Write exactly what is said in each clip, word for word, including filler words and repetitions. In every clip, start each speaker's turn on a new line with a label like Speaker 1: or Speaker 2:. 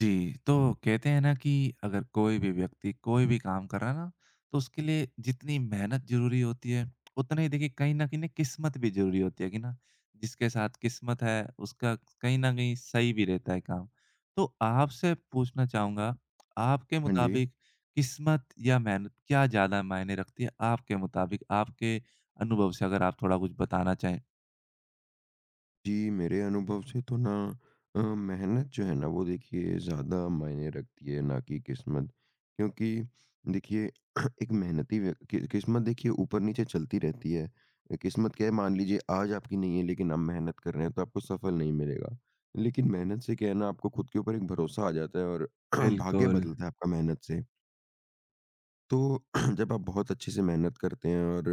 Speaker 1: जी, तो कहते हैं ना कि अगर कोई भी व्यक्ति कोई भी काम कर रहा है ना, तो उसके लिए जितनी मेहनत ज़रूरी होती है, उतना ही देखिए कहीं न कहीं ना किस्मत भी ज़रूरी होती है कि ना, जिसके साथ किस्मत है, उसका कहीं न कहीं सही भी रहता है काम। तो आपसे पूछना चाहूँगा, आपके
Speaker 2: हाँ जी।
Speaker 1: मुताबिक किस्मत या मेहनत क्या ज़्यादा मायने रखती है? आपके मुताबिक, आपके अनुभव से अगर आप थोड़ा कुछ बताना चाहें?
Speaker 2: जी, मेरे अनुभव से तो ना अ, मेहनत जो है ना वो देखिए ज़्यादा मायने रखती है ना कि किस्मत। क्योंकि देखिए एक मेहनती व्य कि किस्मत देखिए ऊपर-नीचे चलती रहती है। अ, किस्मत क्या है, मान लीजिए आज आपकी नहीं है लेकिन आप मेहनत कर रहे हैं, तो आपको सफल नहीं मिलेगा। लेकिन मेहनत से क्या है ना, आपको खुद के ऊपर एक भरोसा आ जाता है और भाग्य
Speaker 1: बिल्कुल।
Speaker 2: बदलता है आपका मेहनत से। तो जब आप बहुत अच्छे से मेहनत करते हैं, और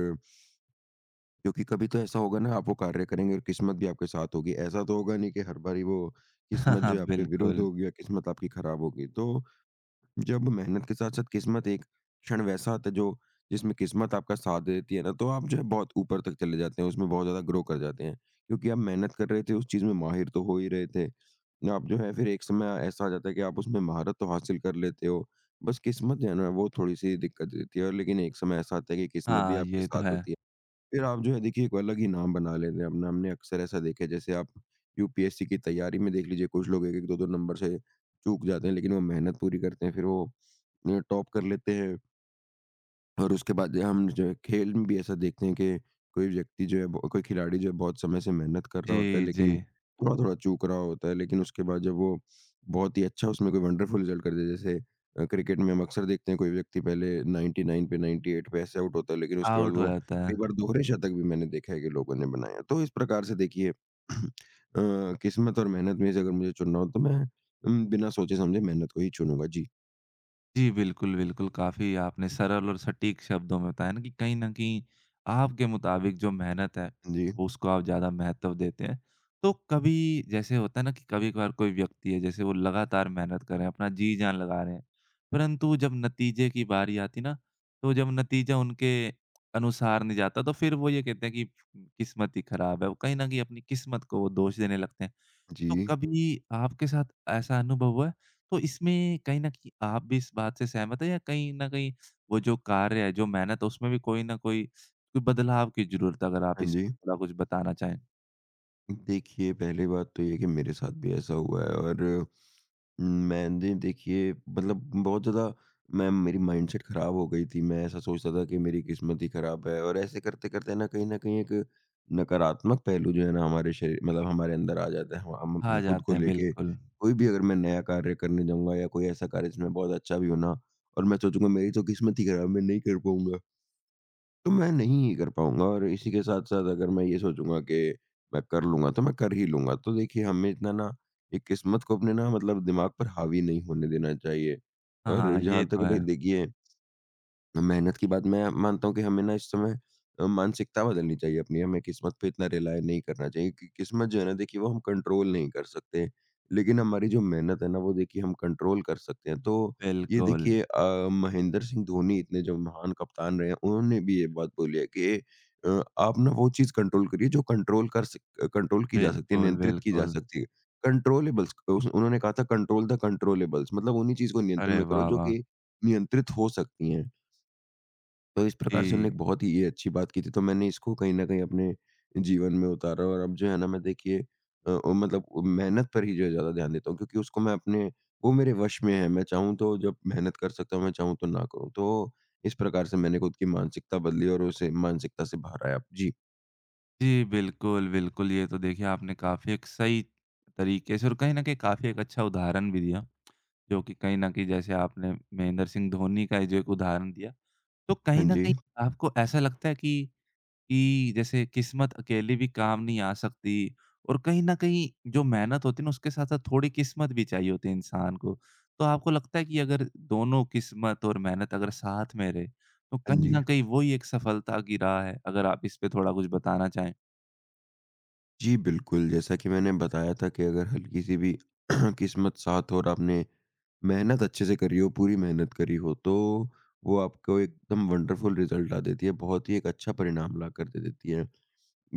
Speaker 2: क्योंकि कभी तो ऐसा होगा ना, आप वो कार्य करेंगे और किस्मत भी आपके साथ होगी। ऐसा तो होगा नहीं कि हर बारी वो किस्मत
Speaker 1: हाँ
Speaker 2: जो है आपके विरुद्ध
Speaker 1: बिल्कुल।
Speaker 2: होगी या किस्मत आपकी खराब होगी। तो जब मेहनत के साथ-साथ किस्मत एक क्षण वैसा आता है जो जिसमें किस्मत आपका साथ दे देती है ना, तो आप जो है बहुत ऊपर तक चले जाते हैं, उसमें बहुत ज़्यादा ग्रो कर जाते हैं। क्योंकि आप मेहनत कर रहे थे, उस चीज़ में माहिर तो हो ही रहे थे। आप जो है फिर एक समय ऐसा आ जाता है कि आप उसमें महारत तो हासिल कर लेते हो। बस किस्मत जो है ना वो थोड़ी-सी दिक्कत देती है, और लेकिन एक समय ऐसा आता है कि किस्मत भी
Speaker 1: हाँ,
Speaker 2: आपके
Speaker 1: ये तो
Speaker 2: साथ
Speaker 1: है।
Speaker 2: होती है। फिर आप जो है देखिए एक अलग ही नाम बना लेते हैं अपना। हमने अक्सर ऐसा देखा है, जैसे आप यूपीएससी की तैयारी में देख लीजिए कुछ लोग एक एक, दो दो नंबर से चूक जाते हैं लेकिन वो मेहनत पूरी करते हैं। फिर वो अ, टॉप कर लेते हैं। और उसके बाद हम जो है खेल में भी ऐसा देखते हैं कि कोई व्यक्ति जो है ब कोई खिलाड़ी जो है बहुत समय से मेहनत कर रहा होता है
Speaker 1: जी, जी।
Speaker 2: लेकिन थोड़ा-थोड़ा चूक रहा होता है। लेकिन उसके बाद जब वो बहुत ही अच्छा उसमें कोई वंडरफुल रिज़ल्ट कर दे, जैसे अ, क्रिकेट में हम अक्सर देखते हैं कोई व्यक्ति पहले निन्यानवे पे, अट्ठानवे पे ऐसे आउट होता है लेकिन उसके बाद
Speaker 1: आउट हो
Speaker 2: वो
Speaker 1: जाता है।
Speaker 2: कई बार दोहरे शतक भी मैंने देखा है कि लोगों ने बनाया। तो इस प्रकार से देखिए अ, किस्मत और मेहनत में से अगर मुझे चुनना हो, तो मैं उम, बिना सोचे समझे मेहनत को ही चुनूँगा। जी।
Speaker 1: जी, बिल्कुल, बिल्कुल, काफ़ी आपने सरल और सटीक शब्दों में बताया ना कि कहीं न कहीं आपके मुताबिक जो मेहनत है,
Speaker 2: जी,
Speaker 1: वो उसको आप ज़्यादा महत्व देते हैं। तो कभी जैसे होता है ना कि कभी-कभार कोई व्यक्ति है, जैसे वो लगातार मेहनत कर रहे हैं, अपना जी-जान लगा रहे हैं, परंतु जब नतीजे की बारी आती ना, तो जब नतीजा उनके अनुसार नहीं जाता, तो फिर वो ये कहते हैं कि किस्मत ही खराब है। वो कहीं न कहीं अपनी किस्मत को वो दोष देने लगते हैं। तो
Speaker 2: जी।
Speaker 1: कभी आपके साथ ऐसा अनुभव हुआ है? तो इसमें कहीं न कहीं आप भी इस बात से सहमत हैं या कहीं न कहीं वो जो कार्य है, जो मेहनत है, उसमें भी कोई न कोई कोई बदलाव की ज़रूरत है? अगर आप
Speaker 2: हाँ
Speaker 1: इस
Speaker 2: जी।
Speaker 1: पे थोड़ा कुछ बताना चाहें।
Speaker 2: देखिए, पहली बात तो ये है कि मेरे साथ भी ऐसा हुआ है, और अम, मैंने देखिए मतलब बहुत ज़्यादा मैं मेरी माइंडसेट ख़राब हो गई थी। मैं ऐसा सोचता था कि मेरी किस्मत ही ख़राब है, और ऐसे करते-करते ना कहीं न कहीं एक नकारात्मक पहलू जो है ना हमारे शरीर मतलब हमारे अंदर आ जाता है। हम
Speaker 1: आ
Speaker 2: हम खुद
Speaker 1: जाते
Speaker 2: को
Speaker 1: हैं,
Speaker 2: लेके
Speaker 1: बिल्कुल।
Speaker 2: कोई भी अगर मैं नया कार्य करने जाऊँगा, या कोई ऐसा कार्य जिसमें बहुत अच्छा भी हो ना, और मैं सोचूँगा मेरी तो किस्मत ही ख़राब है, मैं नहीं कर पाऊँगा। तो मैं नहीं कर पाऊँगा, और इसी के साथ-साथ अगर मैं ये सोचूँगा कि मैं कर लूँगा, तो मैं कर ही लूँगा। तो देखिए, हमें इतना ना एक किस्मत को अपने ना मतलब दिमाग पर हावी नहीं होने देना चाहिए। और
Speaker 1: हाँ, ये
Speaker 2: जहाँ तक
Speaker 1: तो
Speaker 2: नहीं
Speaker 1: है।
Speaker 2: देखिए मेहनत की बात, मैं मानता हूँ कि हमें ना इस समय अ, मानसिकता बदलनी चाहिए अपनी। हमें किस्मत पे इतना रिलाय नहीं करना चाहिए, कि किस्मत जो है ना देखिए वो हम कंट्रोल नहीं कर सकते। लेकिन हमारी जो मेहनत है ना वो देखिए हम कंट्रोल कर सकते हैं। तो ये
Speaker 1: बिल्कुल,
Speaker 2: देखिए अ, महेंद्र सिंह धोनी इतने जो महान कप्तान रहे हैं, उन्होंने भी ये बात बोली है कि अ, आप ना वो चीज़ कंट्रोल करिए जो कंट्रोल कर सक कंट्रोल की जा सकती है,
Speaker 1: बिल्कुल,
Speaker 2: नियंत्रित की जा
Speaker 1: बिल्कुल।
Speaker 2: सकती है। कंट्रोलेबल्स उस उन्होंने कहा था, कंट्रोल द कंट्रोलेबल्स, मतलब उन्हीं चीज़ को नियंत्रण
Speaker 1: अरे
Speaker 2: में करो
Speaker 1: वाह,
Speaker 2: जो
Speaker 1: वाह!
Speaker 2: कि नियंत्रित हो सकती हैं। तो इस प्रकार से उन्होंने
Speaker 1: जी।
Speaker 2: एक बहुत ही ये अच्छी बात की थी, तो मैंने इसको कहीं न कहीं अपने जीवन में उतारा, और अब जो है ना मैं देखिए अ अ, मतलब मेहनत पर ही जो है ज़्यादा ध्यान देता हूँ, क्योंकि उसको मैं अपने वो मेरे वश में है, मैं चाहूँ तो जब मेहनत कर सकता हूँ, मैं चाहूँ तो ना करूँ। तो इस प्रकार से मैंने खुद की मानसिकता बदली, और उसे मानसिकता से बाहर आया। जी।
Speaker 1: जी, बिल्कुल, बिल्कुल। ये तो देखिए आपने काफ़ी एक सही तरीके से और कहीं न कहीं काफ़ी एक अच्छा उदाहरण भी दिया, जो कि कहीं न कहीं जैसे आपने महेंद्र सिंह धोनी का ये जो एक उदाहरण दिया, तो
Speaker 2: हाँ
Speaker 1: कहीं न
Speaker 2: जी,
Speaker 1: कहीं आपको ऐसा लगता है कि कि जैसे किस्मत अकेली भी काम नहीं आ सकती और कहीं न कहीं जो मेहनत होती है ना, उसके साथ-साथ थोड़ी किस्मत भी चाहिए होती है इंसान को। तो आपको लगता है कि अगर दोनों किस्मत और मेहनत अगर साथ में रहे, तो
Speaker 2: हाँ
Speaker 1: कहीं
Speaker 2: जी।
Speaker 1: न कहीं वो ही एक सफलता की राह है? अगर आप इस पे थोड़ा कुछ बताना चाहें।
Speaker 2: जी, बिल्कुल, जैसा कि मैंने बताया था कि अगर हल्की-सी भी किस्मत साथ हो, और आपने मेहनत अच्छे से करी हो, पूरी मेहनत करी हो, तो वो आपको एकदम वंडरफुल रिज़ल्ट ला देती है, बहुत ही एक अच्छा परिणाम लाकर दे देती है।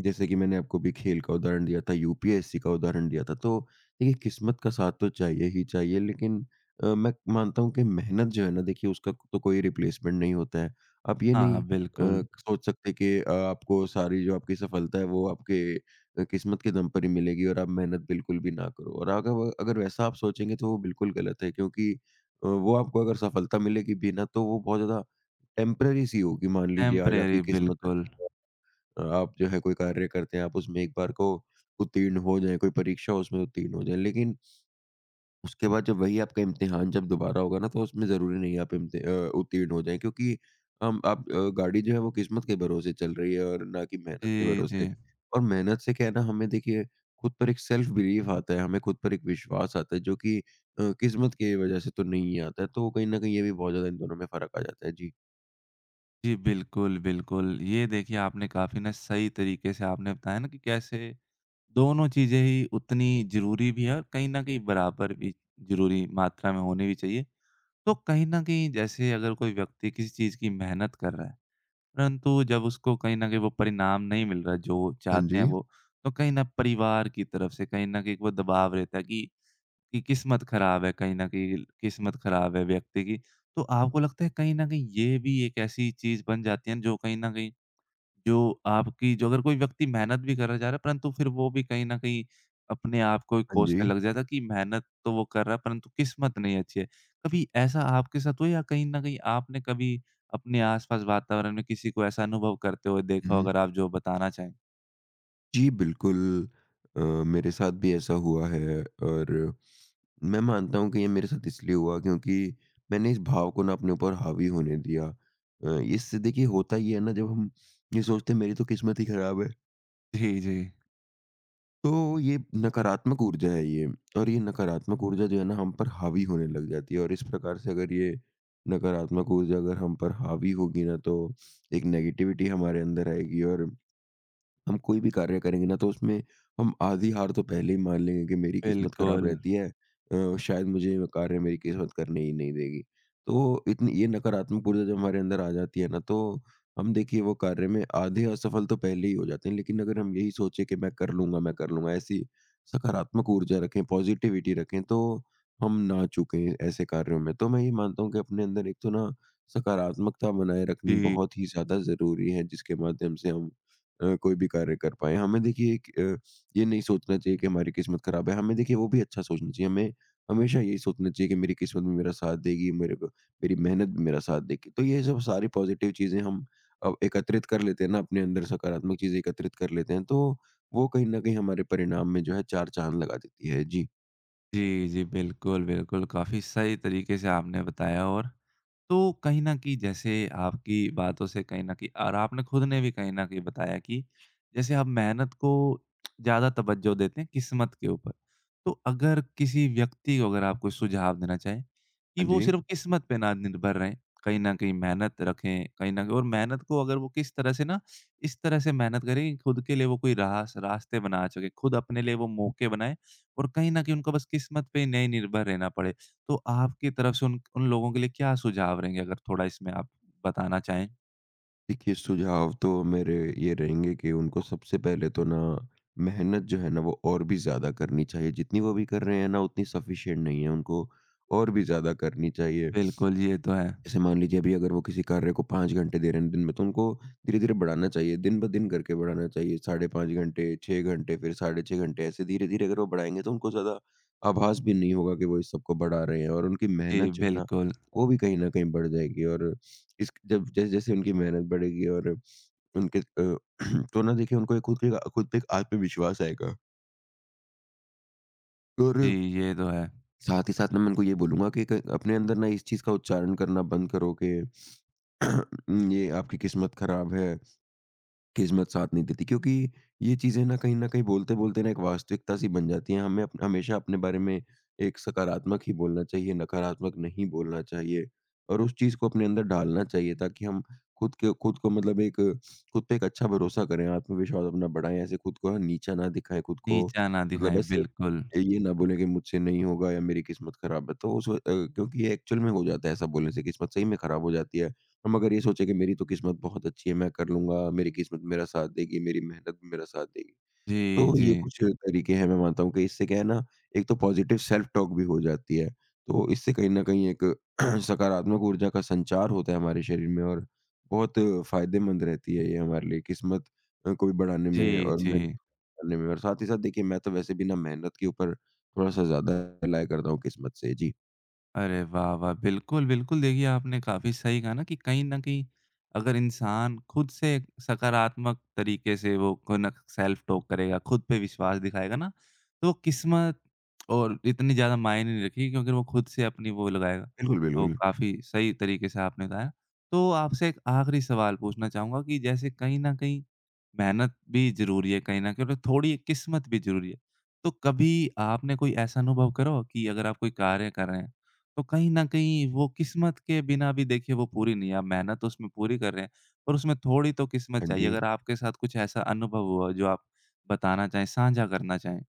Speaker 2: जैसे कि मैंने आपको भी खेल का उदाहरण दिया था, यूपीएससी का उदाहरण दिया था, तो देखिए किस्मत का साथ तो चाहिए ही चाहिए, लेकिन अ, मैं मानता हूँ कि मेहनत जो है ना देखिए उसका तो कोई रिप्लेसमेंट नहीं होता है। आप ये
Speaker 1: हाँ,
Speaker 2: नहीं अ,
Speaker 1: बिल्कुल।
Speaker 2: सोच सकते कि अ, आपको सारी जो आपकी सफलता है वो आपके अ, किस्मत के दम पर ही मिलेगी, और आप मेहनत बिल्कुल भी ना करो, और अगर अगर वैसा आप सोचेंगे, तो वो बिल्कुल गलत है, क्योंकि अ, वो आपको अगर सफलता मिलेगी भी ना, तो वो बहुत ज़्यादा टेम्परेरी सी होगी। मान लीजिए आज
Speaker 1: टेम्परेरी
Speaker 2: आपकी किस्मत
Speaker 1: बिल्कुल।
Speaker 2: अच्छी है, आप जो है कोई कार्य करते हैं, आप उसमें एक बार को उत्तीर्ण हो जाएँ, कोई परीक्षा हो उसमें उत्तीर्ण हो जाएँ, लेकिन उसके बाद जब वही आपका इम्तिहान जब दोबारा होगा ना, तो उसमें ज़रूरी नहीं है आप इम्ति अ, उत्तीर्ण हो जाएँ, क्योंकि हम आप अ, गाड़ी जो है वो किस्मत के भरोसे चल रही है, और ना कि मेहनत के
Speaker 1: जी,
Speaker 2: भरोसे।
Speaker 1: जी।
Speaker 2: और मेहनत से क्या है ना, हमें देखिए खुद पर एक सेल्फ बिलीफ आता है, हमें खुद पर एक विश्वास आता है जो कि अ, किस्मत की वजह से तो नहीं आता है, तो कहीं न कहीं ये भी बहुत ज़्यादा इन दोनों में फ़र्क आ जाता है। जी।
Speaker 1: जी, बिल्कुल, बिल्कुल। ये देखिए आपने काफ़ी ना सही तरीके से आपने बताया ना कि कैसे दोनों चीज़ें ही उतनी ज़रूरी भी है और कहीं न कहीं बराबर भी ज़रूरी मात्रा में होनी भी चाहिए। तो कहीं न कहीं जैसे अगर कोई व्यक्ति किसी चीज़ की मेहनत कर रहा है, परंतु जब उसको कहीं न कहीं वो परिणाम नहीं मिल रहा है जो
Speaker 2: हाँ
Speaker 1: चाहते हैं
Speaker 2: जी।
Speaker 1: वो, तो कहीं न परिवार की तरफ से कहीं न कहीं वो दबाव रहता है कि कि किस्मत खराब है, कहीं न कहीं किस्मत खराब है व्यक्ति की। तो आपको लगता है कहीं न कहीं ये भी एक ऐसी चीज़ बन जाती है जो कहीं न कहीं जो आपकी जो अगर कोई व्यक्ति मेहनत भी करा जा रहा है, परंतु फिर वो भी कहीं न कहीं अपने आप को ही
Speaker 2: हाँ जी।
Speaker 1: कोसने लग जाता है कि मेहनत तो वो कर रहा है, परंतु किस्मत नहीं अच्छी है। कभी ऐसा आपके साथ हुआ या कहीं न कहीं आपने कभी अपने आस-पास वातावरण में किसी को ऐसा अनुभव करते हुए देखा हो,
Speaker 2: हुँ।
Speaker 1: अगर आप जो बताना चाहें?
Speaker 2: जी, बिल्कुल। अ, मेरे साथ भी ऐसा हुआ है, और मैं मानता हूँ कि ये मेरे साथ इसलिए हुआ क्योंकि मैंने इस भाव को ना अपने ऊपर हावी होने दिया। अ, इससे देखिए होता ये है ना, जब हम ये सोचते हैं मेरी तो किस्मत ही खराब है,
Speaker 1: जी, जी।
Speaker 2: तो ये नकारात्मक ऊर्जा है ये, और ये नकारात्मक ऊर्जा जो है ना हम पर हावी होने लग जाती है, और इस प्रकार से अगर ये नकारात्मक ऊर्जा अगर हम पर हावी होगी ना, तो एक नेगेटिविटी हमारे अंदर आएगी, और हम कोई भी कार्य करेंगे ना तो उसमें हम आधी हार तो पहले ही मान लेंगे कि मेरी किस्मत खराब
Speaker 1: बिल्कुल।
Speaker 2: रहती है, अ, शायद मुझे ये कार्य मेरी किस्मत करने ही नहीं देगी। तो इतनी ये नकारात्मक ऊर्जा जब हमारे अंदर आ जाती है ना, तो हम देखिए वो कार्य में आधे असफल तो पहले ही हो जाते हैं। लेकिन अगर हम यही सोचे कि मैं कर लूँगा, मैं कर लूँगा, ऐसी सकारात्मक ऊर्जा रखें, पॉज़िटिविटी रखें, तो हम ना चूकें ऐसे कार्यों में। तो मैं ये मानता हूँ कि अपने अंदर एक तो ना सकारात्मकता बनाए रखनी
Speaker 1: जी।
Speaker 2: बहुत ही ज़्यादा ज़रूरी है, जिसके माध्यम से हम अ, कोई भी कार्य कर पाएँ। हमें देखिए एक अ, ये नहीं सोचना चाहिए कि हमारी किस्मत ख़राब है, हमें देखिए वो भी अच्छा सोचना चाहिए। हमें हमेशा यही सोचना चाहिए कि मेरी किस्मत भी मेरा साथ देगी, मेरे को मेरी मेहनत भी मेरा साथ देगी। तो ये सब सारी पॉज़िटिव चीज़ें हम अ, एकत्रित कर लेते हैं ना, अपने अंदर सकारात्मक चीज़ें एकत्रित कर लेते हैं, तो वो कहीं न कहीं हमारे परिणाम में जो है चार चाँद लगा देती है। जी।
Speaker 1: जी, जी। बिल्कुल, बिल्कुल, काफ़ी सही तरीके से आपने बताया और तो कहीं न कहीं जैसे आपकी बातों से कहीं न कहीं और आपने खुद ने भी कहीं न कहीं बताया कि जैसे आप मेहनत को ज़्यादा तवज्जो देते हैं किस्मत के ऊपर। तो अगर किसी व्यक्ति को अगर आप कोई सुझाव देना चाहें कि
Speaker 2: हाँ
Speaker 1: वो
Speaker 2: जी।
Speaker 1: सिर्फ़ किस्मत पे ना निर्भर रहें, कहीं न कहीं मेहनत रखें, कहीं न कहीं और मेहनत को अगर वो किस तरह से ना इस तरह से मेहनत करें कि खुद के लिए वो कोई रास रास्ते बना सके, खुद अपने लिए वो मौके बनाएँ और कहीं न कहीं उनको बस किस्मत पे ही नहीं निर्भर रहना पड़े। तो आपकी तरफ से उन उन लोगों के लिए क्या सुझाव रहेंगे अगर थोड़ा इसमें आप बताना चाहें?
Speaker 2: देखिए, सुझाव तो मेरे ये रहेंगे कि उनको सबसे पहले तो ना मेहनत जो है ना वो और भी ज़्यादा करनी चाहिए। जितनी वो अभी कर रहे हैं ना उतनी सफ़िशिएंट नहीं है, उनको और भी ज़्यादा करनी चाहिए।
Speaker 1: बिल्कुल, ये तो है।
Speaker 2: जैसे मान लीजिए अभी अगर वो किसी कार्य को पाँच घंटे दे रहे हैं दिन में, तो उनको धीरे-धीरे बढ़ाना चाहिए, दिन-ब-दिन करके बढ़ाना चाहिए। साढ़े पाँच घंटे, छह घंटे, फिर साढ़े छह घंटे, ऐसे धीरे-धीरे अगर वो बढ़ाएँगे, तो उनको ज़्यादा आभास भी नहीं होगा कि वो इस सबको बढ़ा रहे हैं, और उनकी
Speaker 1: जी,
Speaker 2: मेहनत जो है ना,
Speaker 1: बिल्कुल।
Speaker 2: वो भी कहीं न कहीं बढ़ जाएगी, और इस जब जैसे-जैसे उनकी मेहनत बढ़ेगी और उनके अ, तो ना देखिए उनको एक खुद के खुद पे एक आत्मविश्वास आएगा। और
Speaker 1: जी, ये तो है।
Speaker 2: साथ ही साथ ना मैं उनको ये बोलूँगा कि क अपने अंदर ना इस चीज़ का उच्चारण करना बंद करो कि ये आपकी किस्मत खराब है। किस्मत साथ नहीं देती, क्योंकि ये चीज़ें ना कहीं न कहीं बोलते-बोलते ना एक वास्तविकता सी बन जाती हैं। हमें अप हमेशा अपने बारे में एक सकारात्मक ही बोलना चाहिए, नकारात्मक नहीं बोलना चाहिए, और उस चीज़ को अपने अंदर ढालना चाहिए, ताकि हम खुद के खुद को मतलब एक खुद पे एक अच्छा भरोसा करें, आत्मविश्वास अपना बढ़ाएँ। ऐसे खुद को हाँ, नीचा ना दिखाएँ, खुद को
Speaker 1: नीचा ना
Speaker 2: मतलब
Speaker 1: दिखाएँ,
Speaker 2: बस
Speaker 1: बिल्कुल।
Speaker 2: ये ना बोलें कि मुझसे नहीं होगा या मेरी किस्मत खराब है। तो उस वक्त- अ, क्योंकि ये एक्चुअल में हो जाता है, ऐसा बोलने से किस्मत सही में खराब हो जाती है। हम अगर ये सोचे कि मेरी तो किस्मत बहुत अच्छी है, मैं कर लूँगा, मेरी किस्मत मेरा साथ देगी, मेरी मेहनत भी मेरा साथ देगी।
Speaker 1: जी,
Speaker 2: तो ये
Speaker 1: जी।
Speaker 2: कुछ तरीके हैं, मैं मानता हूँ कि इससे क्या है ना, एक तो पॉज़िटिव सेल्फ टॉक भी हो जाती है। तो इससे कहीं न कहीं एक सकारात्मक ऊर्जा का संचार होता है हमारे शरीर में, और बहुत फ़ायदेमंद रहती है ये हमारे लिए किस्मत अ, को भी बढ़ाने में
Speaker 1: जी,
Speaker 2: और मेहनत
Speaker 1: जी।
Speaker 2: करने में, और साथ ही साथ देखिए मैं तो वैसे भी ना मेहनत के ऊपर थोड़ा-सा ज़्यादा रिलाय करता हूँ किस्मत से। जी।
Speaker 1: अरे वाह, वाह! बिल्कुल, बिल्कुल देखिए आपने काफ़ी सही कहा ना कि कहीं न कहीं अगर इंसान खुद से एक सकारात्मक तरीके से वो खुनक सेल्फ टॉक करेगा, खुद पे विश्वास दिखाएगा ना, तो वो किस्मत और इतनी ज़्यादा मायने नहीं रखेगी क्योंकि वो खुद से अपनी वो लगाएगा।
Speaker 2: बिल्कुल,
Speaker 1: तो
Speaker 2: बिल्कुल।
Speaker 1: काफ़ी सही तरीके से आपने बताया। तो आपसे एक आखिरी सवाल पूछना चाहूँगा कि जैसे कहीं न कहीं मेहनत भी ज़रूरी है, कहीं न कहीं और थोड़ी किस्मत भी ज़रूरी है। तो कभी आपने कोई ऐसा अनुभव करा हो कि अगर आप कोई कार्य कर रहे हैं तो कहीं न कहीं वो किस्मत के बिना भी देखिए वो पूरी नहीं है। आप मेहनत तो उसमें पूरी कर रहे हैं, पर उसमें थोड़ी तो किस्मत
Speaker 2: हाँ
Speaker 1: चाहिए।
Speaker 2: जी।
Speaker 1: अगर आपके साथ कुछ ऐसा अनुभव हुआ जो आप बताना चाहें, साझा करना चाहें?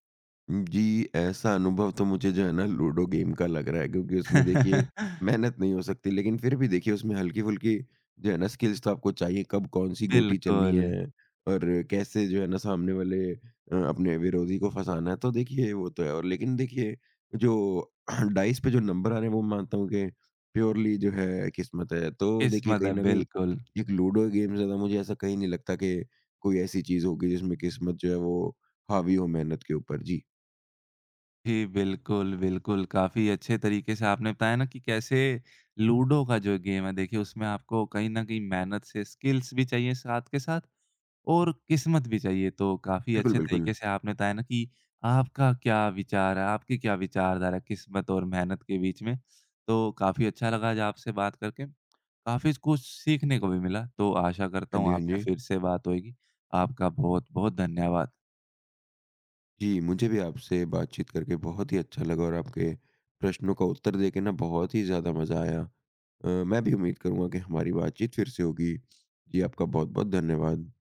Speaker 2: जी, ऐसा अनुभव तो मुझे जो है ना लूडो गेम का लग रहा है, क्योंकि उसमें देखिए मेहनत नहीं हो सकती, लेकिन फिर भी देखिए उसमें हल्की-फुल्की जो है ना स्किल्स तो आपको चाहिए, कब कौन-सी गोटी चलनी
Speaker 1: बिल्कुल,
Speaker 2: है और कैसे जो है ना सामने वाले अ, अपने विरोधी को फँसाना है, तो देखिए वो तो है, और लेकिन देखिए जो डाइस पे जो नंबर आ रहे हैं वो मानता हूँ कि प्योरली जो है किस्मत है। तो देखिए
Speaker 1: किस्मत
Speaker 2: कहीं
Speaker 1: है,
Speaker 2: न कहीं
Speaker 1: बिल्कुल।
Speaker 2: एक लूडो गेम से ज़्यादा मुझे ऐसा कहीं नहीं लगता कि कोई ऐसी चीज़ होगी जिसमें किस्मत जो है वो हावी हो मेहनत के ऊपर। जी।
Speaker 1: जी, बिल्कुल, बिल्कुल। काफ़ी अच्छे तरीके से आपने बताया ना कि कैसे लूडो का जो गेम है देखिए उसमें आपको कहीं न कहीं मेहनत से स्किल्स भी चाहिए साथ के साथ और किस्मत भी चाहिए। तो काफ़ी
Speaker 2: बिल्कुल,
Speaker 1: अच्छे
Speaker 2: बिल्कुल।
Speaker 1: तरीके से आपने बताया ना कि आपका क्या विचार है, आपकी क्या विचारधारा है किस्मत और मेहनत के बीच में। तो काफ़ी अच्छा लगा आज आपसे बात करके, काफ़ी कुछ सीखने को भी मिला। तो आशा करता
Speaker 2: हाँ
Speaker 1: हूँ
Speaker 2: जी, हाँ
Speaker 1: आपसे
Speaker 2: जी।
Speaker 1: फिर से बात होएगी। आपका बहुत-बहुत धन्यवाद।
Speaker 2: जी, मुझे भी आपसे बातचीत करके बहुत ही अच्छा लगा, और आपके प्रश्नों का उत्तर देके ना बहुत ही ज़्यादा मज़ा आया। अ, मैं भी उम्मीद करूँगा कि हमारी बातचीत फिर से होगी। जी, आपका बहुत-बहुत धन्यवाद।